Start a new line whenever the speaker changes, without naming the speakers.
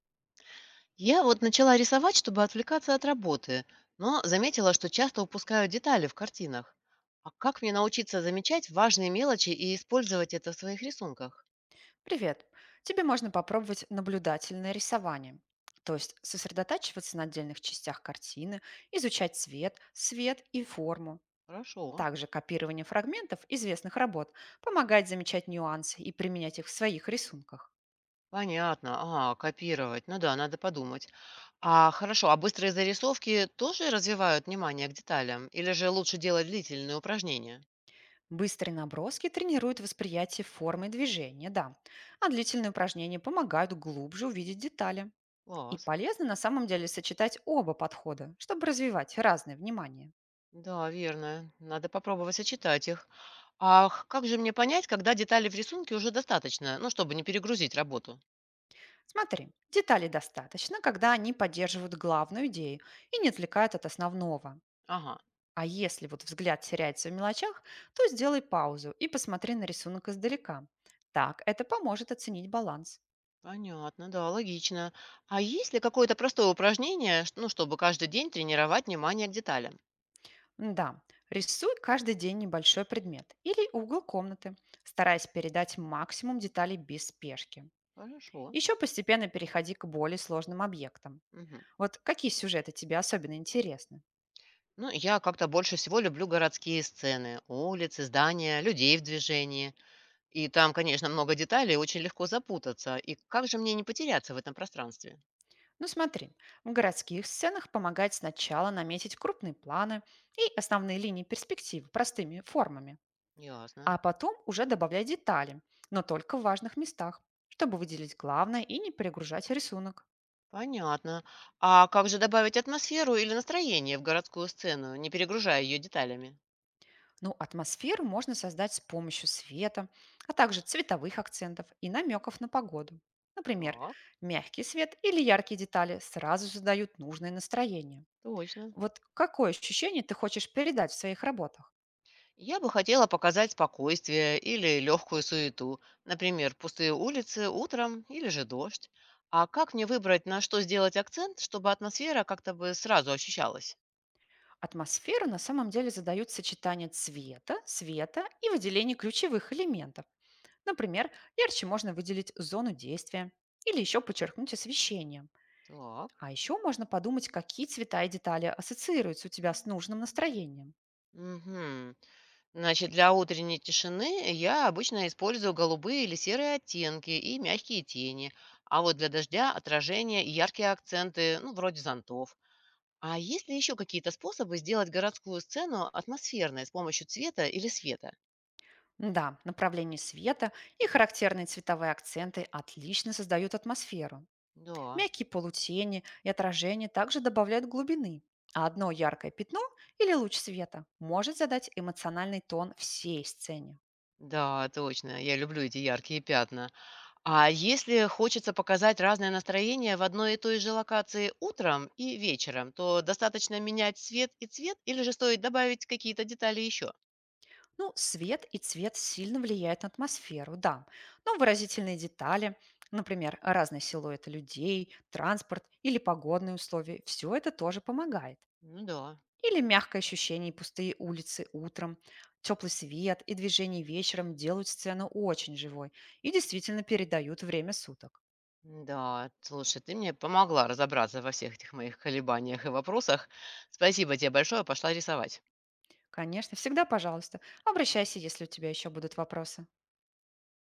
Я вот начала рисовать, чтобы отвлекаться от работы, но заметила, что часто упускаю детали в картинах. А как мне научиться замечать важные мелочи и использовать это в своих рисунках?
Привет! Тебе можно попробовать наблюдательное рисование, то есть сосредотачиваться на отдельных частях картины, изучать цвет, свет и форму.
Хорошо.
Также копирование фрагментов известных работ помогает замечать нюансы и применять их в своих рисунках.
Понятно. А, копировать. Ну да, надо подумать. А хорошо, а быстрые зарисовки тоже развивают внимание к деталям? Или же лучше делать длительные упражнения?
Быстрые наброски тренируют восприятие формы и движения, да, а длительные упражнения помогают глубже увидеть детали. И
Класс.
полезно на самом деле сочетать оба подхода, чтобы развивать разное внимание.
Да, верно. Надо попробовать сочетать их. Как же мне понять, когда деталей в рисунке уже достаточно, ну, чтобы не перегрузить работу?
Смотри, деталей достаточно, когда они поддерживают главную идею и не отвлекают от основного.
Ага,
А если вот взгляд теряется в мелочах, то сделай паузу и посмотри на рисунок издалека. Так это поможет оценить баланс.
понятно, да, логично. А есть ли какое-то простое упражнение, ну, чтобы каждый день тренировать внимание к деталям?
Да, рисуй каждый день небольшой предмет или угол комнаты, стараясь передать максимум деталей без спешки.
Хорошо.
Еще постепенно переходи к более сложным объектам.
Мгм.
Вот какие сюжеты тебе особенно интересны?
Ну, я как-то больше всего люблю городские сцены, улицы, здания, людей в движении. И там, конечно, много деталей, очень легко запутаться. И как же мне не потеряться в этом пространстве?
Ну смотри, в городских сценах помогает сначала наметить крупные планы и основные линии перспективы простыми формами,
Ясно.
а потом уже добавлять детали, но только в важных местах, чтобы выделить главное и не перегружать рисунок.
Понятно. А как же добавить атмосферу или настроение в городскую сцену, не перегружая ее деталями?
Ну, атмосферу можно создать с помощью света, а также цветовых акцентов и намеков на погоду. Например,
Так,
мягкий свет или яркие детали сразу создают нужное настроение.
точно.
Вот какое ощущение ты хочешь передать в своих работах?
Я бы хотела показать спокойствие или легкую суету, например, пустые улицы утром или же дождь. А как мне выбрать, на что сделать акцент, чтобы атмосфера как-то бы сразу ощущалась?
Атмосферу на самом деле задают сочетание цвета, света и выделение ключевых элементов. Например, ярче можно выделить зону действия или еще подчеркнуть освещение.
Так.
А еще можно подумать, какие цвета и детали ассоциируются у тебя с нужным настроением.
Угу. Значит, для утренней тишины я обычно использую голубые или серые оттенки и мягкие тени, а вот для дождя отражение и яркие акценты, ну, вроде зонтов. А есть ли еще какие-то способы сделать городскую сцену атмосферной с помощью цвета или света?
Да, направление света и характерные цветовые акценты отлично создают атмосферу.
Да.
Мягкие полутени и отражения также добавляют глубины, а одно яркое пятно или луч света может задать эмоциональный тон всей сцене.
Да, точно. Я люблю эти яркие пятна. А если хочется показать разное настроение в одной и той же локации утром и вечером, то достаточно менять цвет и цвет, или же стоит добавить какие-то детали еще?
Ну, свет и цвет сильно влияют на атмосферу, да. Но выразительные детали, например, разные силуэты людей, транспорт или погодные условия, все это тоже помогает.
Ну да,
Или мягкое ощущение и пустые улицы утром, теплый свет и движение вечером делают сцену очень живой и действительно передают время суток.
да. Слушай, ты мне помогла разобраться во всех этих моих колебаниях и вопросах. Спасибо тебе большое, пошла рисовать.
Конечно, всегда, пожалуйста, обращайся, если у тебя еще будут вопросы.